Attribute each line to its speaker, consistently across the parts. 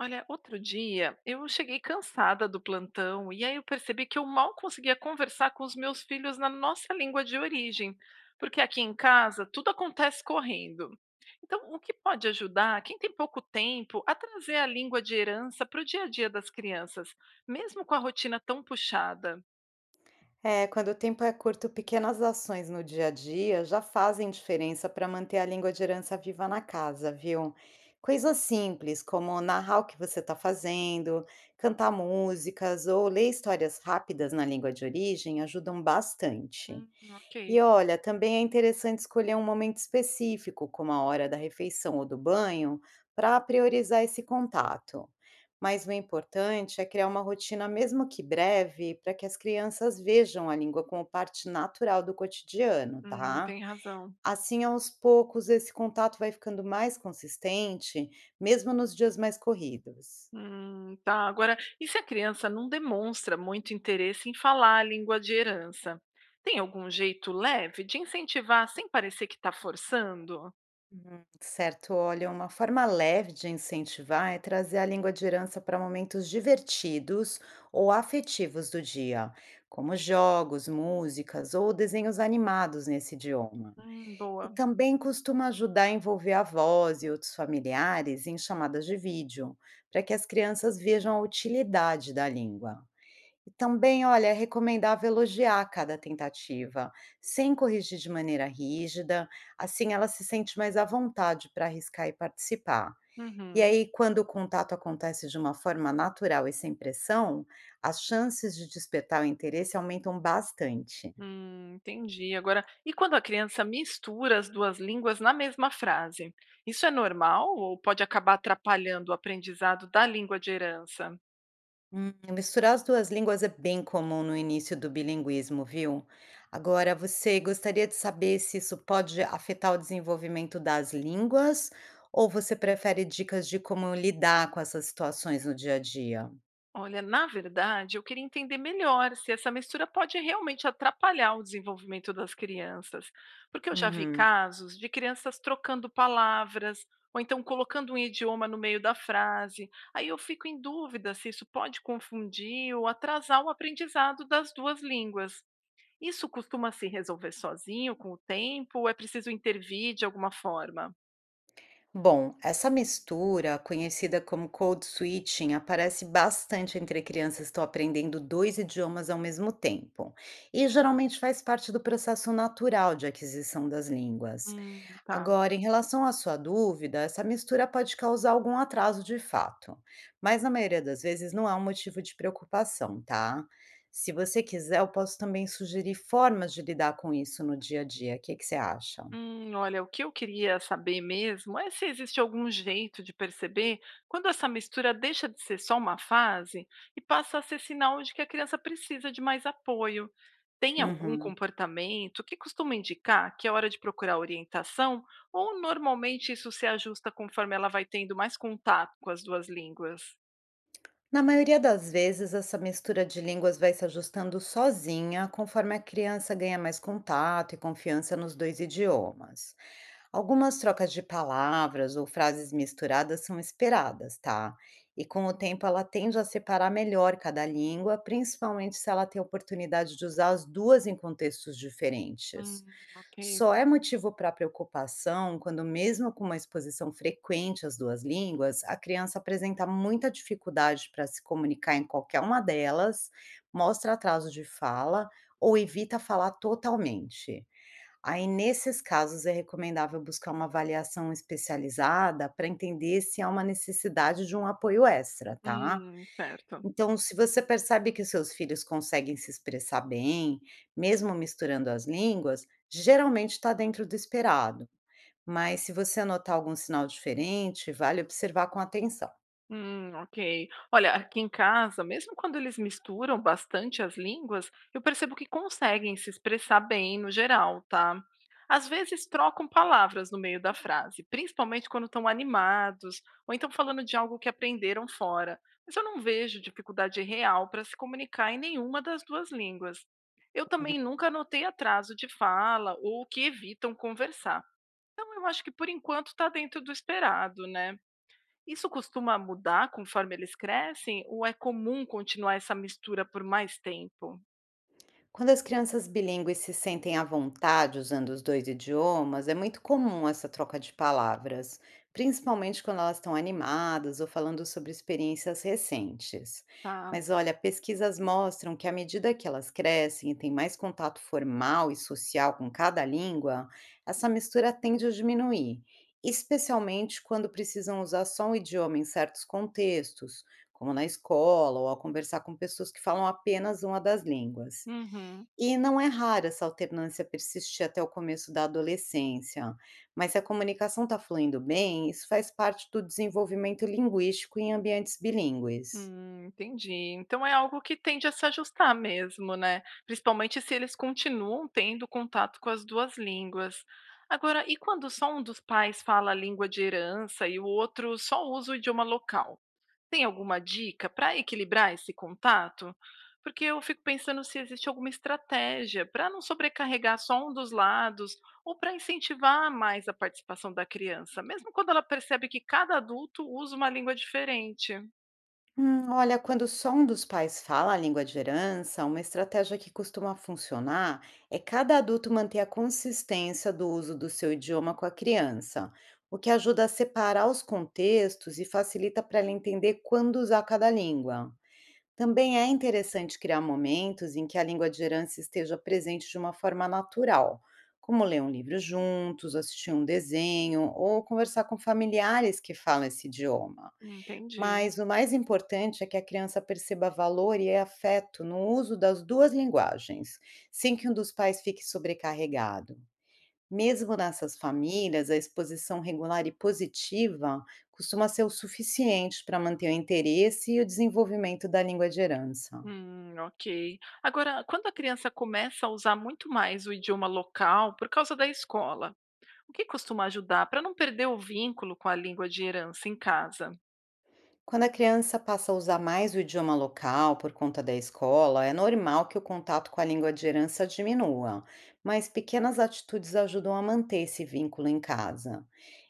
Speaker 1: Olha, outro dia eu cheguei cansada do plantão e aí eu percebi que eu mal conseguia conversar com os meus filhos na nossa língua de origem, porque aqui em casa tudo acontece correndo. Então, o que pode ajudar quem tem pouco tempo a trazer a língua de herança para o dia a dia das crianças, mesmo com a rotina tão puxada?
Speaker 2: É, quando o tempo é curto, pequenas ações no dia a dia já fazem diferença para manter a língua de herança viva na casa, viu? Coisas simples, como narrar o que você está fazendo, cantar músicas ou ler histórias rápidas na língua de origem, ajudam bastante.
Speaker 1: Ok.
Speaker 2: E olha, também é interessante escolher um momento específico, como a hora da refeição ou do banho, para priorizar esse contato. Mas o importante é criar uma rotina, mesmo que breve, para que as crianças vejam a língua como parte natural do cotidiano, tá?
Speaker 1: Tem razão.
Speaker 2: Assim, aos poucos, esse contato vai ficando mais consistente, mesmo nos dias mais corridos.
Speaker 1: Tá. Agora, e se a criança não demonstra muito interesse em falar a língua de herança? Tem algum jeito leve de incentivar sem parecer que está forçando?
Speaker 2: Certo, olha, uma forma leve de incentivar é trazer a língua de herança para momentos divertidos ou afetivos do dia, como jogos, músicas ou desenhos animados nesse idioma. E
Speaker 1: Boa.
Speaker 2: também costuma ajudar a envolver a avós e outros familiares em chamadas de vídeo, para que as crianças vejam a utilidade da língua. E também, olha, é recomendável elogiar cada tentativa, sem corrigir de maneira rígida, assim ela se sente mais à vontade para arriscar e participar. E
Speaker 1: Uhum.
Speaker 2: aí, quando o contato acontece de uma forma natural e sem pressão, as chances de despertar o interesse aumentam bastante.
Speaker 1: Entendi. Agora, e quando a criança mistura as duas línguas na mesma frase? Isso é normal ou pode acabar atrapalhando o aprendizado da língua de herança?
Speaker 2: Misturar as duas línguas é bem comum no início do bilinguismo, viu? Agora, você gostaria de saber se isso pode afetar o desenvolvimento das línguas ou você prefere dicas de como lidar com essas situações no dia a dia?
Speaker 1: Olha, na verdade, eu queria entender melhor se essa mistura pode realmente atrapalhar o desenvolvimento das crianças, porque eu já vi
Speaker 2: Uhum.
Speaker 1: casos de crianças trocando palavras ou então colocando um idioma no meio da frase. Aí eu fico em dúvida se isso pode confundir ou atrasar o aprendizado das duas línguas. Isso costuma se resolver sozinho com o tempo ou é preciso intervir de alguma forma?
Speaker 2: Bom, essa mistura, conhecida como code switching, aparece bastante entre crianças que estão aprendendo dois idiomas ao mesmo tempo, e geralmente faz parte do processo natural de aquisição das línguas.
Speaker 1: Tá.
Speaker 2: Agora, em relação à sua dúvida, essa mistura pode causar algum atraso de fato, mas na maioria das vezes não é um motivo de preocupação, tá? Se você quiser, eu posso também sugerir formas de lidar com isso no dia a dia. O que que você acha?
Speaker 1: Olha, o que eu queria saber mesmo é se existe algum jeito de perceber quando essa mistura deixa de ser só uma fase e passa a ser sinal de que a criança precisa de mais apoio. Tem algum
Speaker 2: Uhum.
Speaker 1: comportamento que costuma indicar que é hora de procurar orientação ou normalmente isso se ajusta conforme ela vai tendo mais contato com as duas línguas?
Speaker 2: Na maioria das vezes, essa mistura de línguas vai se ajustando sozinha conforme a criança ganha mais contato e confiança nos dois idiomas. Algumas trocas de palavras ou frases misturadas são esperadas, tá? E com o tempo, ela tende a separar melhor cada língua, principalmente se ela tem a oportunidade de usar as duas em contextos diferentes.
Speaker 1: Ok.
Speaker 2: Só é motivo para preocupação quando, mesmo com uma exposição frequente às duas línguas, a criança apresenta muita dificuldade para se comunicar em qualquer uma delas, mostra atraso de fala ou evita falar totalmente. Aí, nesses casos, é recomendável buscar uma avaliação especializada para entender se há uma necessidade de um apoio extra, tá?
Speaker 1: Certo.
Speaker 2: Então, se você percebe que os seus filhos conseguem se expressar bem, mesmo misturando as línguas, geralmente está dentro do esperado. Mas se você notar algum sinal diferente, vale observar com atenção.
Speaker 1: Ok. Olha, aqui em casa, mesmo quando eles misturam bastante as línguas, eu percebo que conseguem se expressar bem no geral, tá? Às vezes trocam palavras no meio da frase, principalmente quando estão animados ou então falando de algo que aprenderam fora. Mas eu não vejo dificuldade real para se comunicar em nenhuma das duas línguas. Eu também
Speaker 2: Uhum.
Speaker 1: nunca notei atraso de fala ou que evitam conversar. Então eu acho que por enquanto está dentro do esperado, né? Isso costuma mudar conforme eles crescem ou é comum continuar essa mistura por mais tempo?
Speaker 2: Quando as crianças bilíngues se sentem à vontade usando os dois idiomas, é muito comum essa troca de palavras, principalmente quando elas estão animadas ou falando sobre experiências recentes.
Speaker 1: Tá.
Speaker 2: Mas olha, pesquisas mostram que à medida que elas crescem e têm mais contato formal e social com cada língua, essa mistura tende a diminuir, especialmente quando precisam usar só um idioma em certos contextos, como na escola ou ao conversar com pessoas que falam apenas uma das línguas.
Speaker 1: Uhum.
Speaker 2: E não é rara essa alternância persistir até o começo da adolescência, mas se a comunicação está fluindo bem, isso faz parte do desenvolvimento linguístico em ambientes bilíngues.
Speaker 1: Entendi. Então é algo que tende a se ajustar mesmo, né? Principalmente se eles continuam tendo contato com as duas línguas. Agora, e quando só um dos pais fala a língua de herança e o outro só usa o idioma local? Tem alguma dica para equilibrar esse contato? Porque eu fico pensando se existe alguma estratégia para não sobrecarregar só um dos lados ou para incentivar mais a participação da criança, mesmo quando ela percebe que cada adulto usa uma língua diferente.
Speaker 2: Olha, quando só um dos pais fala a língua de herança, uma estratégia que costuma funcionar é cada adulto manter a consistência do uso do seu idioma com a criança, o que ajuda a separar os contextos e facilita para ela entender quando usar cada língua. Também é interessante criar momentos em que a língua de herança esteja presente de uma forma natural, como ler um livro juntos, assistir um desenho ou conversar com familiares que falam esse idioma.
Speaker 1: Entendi.
Speaker 2: Mas o mais importante é que a criança perceba valor e afeto no uso das duas linguagens, sem que um dos pais fique sobrecarregado. Mesmo nessas famílias, a exposição regular e positiva costuma ser o suficiente para manter o interesse e o desenvolvimento da língua de herança.
Speaker 1: Ok. Agora, quando a criança começa a usar muito mais o idioma local por causa da escola, o que costuma ajudar para não perder o vínculo com a língua de herança em casa?
Speaker 2: Quando a criança passa a usar mais o idioma local por conta da escola, é normal que o contato com a língua de herança diminua, mas pequenas atitudes ajudam a manter esse vínculo em casa.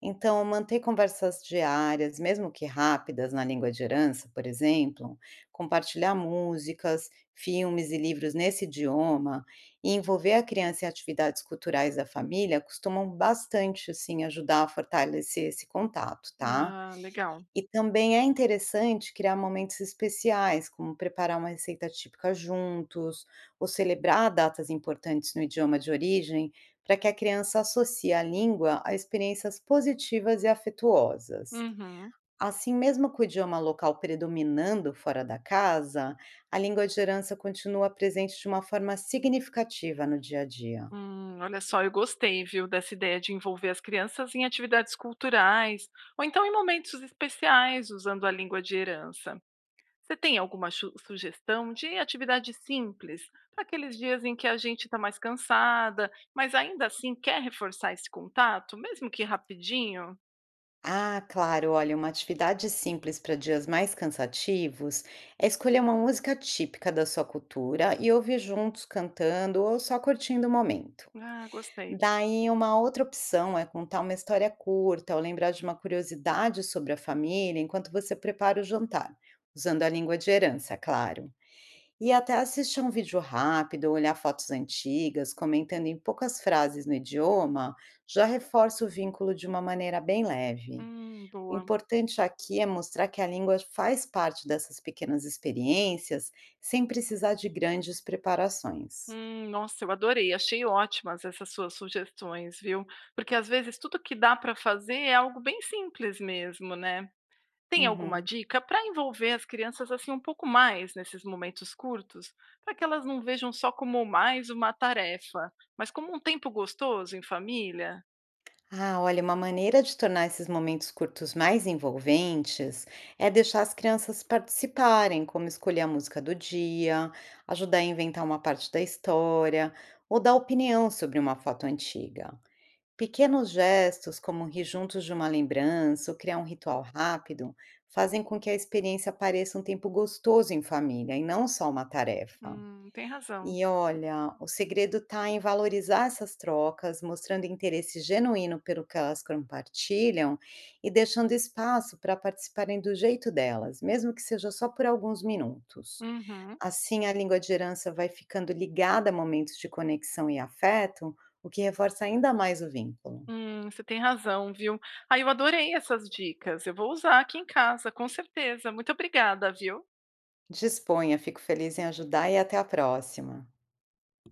Speaker 2: Então, manter conversas diárias, mesmo que rápidas, na língua de herança, por exemplo, compartilhar músicas, filmes e livros nesse idioma e envolver a criança em atividades culturais da família costumam bastante, assim, ajudar a fortalecer esse contato, tá?
Speaker 1: Ah, legal.
Speaker 2: E também é interessante criar momentos especiais, como preparar uma receita típica juntos, ou celebrar datas importantes no idioma de origem, para que a criança associe a língua a experiências positivas e afetuosas.
Speaker 1: Uhum.
Speaker 2: Assim, mesmo com o idioma local predominando fora da casa, a língua de herança continua presente de uma forma significativa no dia a dia.
Speaker 1: Olha só, eu gostei, viu, dessa ideia de envolver as crianças em atividades culturais, ou então em momentos especiais, usando a língua de herança. Você tem alguma sugestão de atividade simples para aqueles dias em que a gente está mais cansada, mas ainda assim quer reforçar esse contato, mesmo que rapidinho?
Speaker 2: Ah, claro, olha, uma atividade simples para dias mais cansativos é escolher uma música típica da sua cultura e ouvir juntos cantando ou só curtindo o momento.
Speaker 1: Ah, gostei.
Speaker 2: Daí, uma outra opção é contar uma história curta ou lembrar de uma curiosidade sobre a família enquanto você prepara o jantar, usando a língua de herança, é claro. E até assistir um vídeo rápido, olhar fotos antigas, comentando em poucas frases no idioma, já reforça o vínculo de uma maneira bem leve. O
Speaker 1: Boa.
Speaker 2: importante aqui é mostrar que a língua faz parte dessas pequenas experiências, sem precisar de grandes preparações.
Speaker 1: Nossa, eu adorei, achei ótimas essas suas sugestões, viu? Porque às vezes tudo que dá para fazer é algo bem simples mesmo, né? Tem alguma
Speaker 2: Uhum.
Speaker 1: dica para envolver as crianças assim um pouco mais nesses momentos curtos, para que elas não vejam só como mais uma tarefa, mas como um tempo gostoso em família?
Speaker 2: Ah, olha, uma maneira de tornar esses momentos curtos mais envolventes é deixar as crianças participarem, como escolher a música do dia, ajudar a inventar uma parte da história ou dar opinião sobre uma foto antiga. Pequenos gestos, como rir juntos de uma lembrança ou criar um ritual rápido, fazem com que a experiência pareça um tempo gostoso em família e não só uma tarefa.
Speaker 1: Tem razão.
Speaker 2: E olha, o segredo está em valorizar essas trocas, mostrando interesse genuíno pelo que elas compartilham e deixando espaço para participarem do jeito delas, mesmo que seja só por alguns minutos.
Speaker 1: Uhum.
Speaker 2: Assim, a língua de herança vai ficando ligada a momentos de conexão e afeto, o que reforça ainda mais o vínculo.
Speaker 1: Você tem razão, viu? Aí eu adorei essas dicas. Eu vou usar aqui em casa, com certeza. Muito obrigada, viu?
Speaker 2: Disponha, fico feliz em ajudar e até a próxima.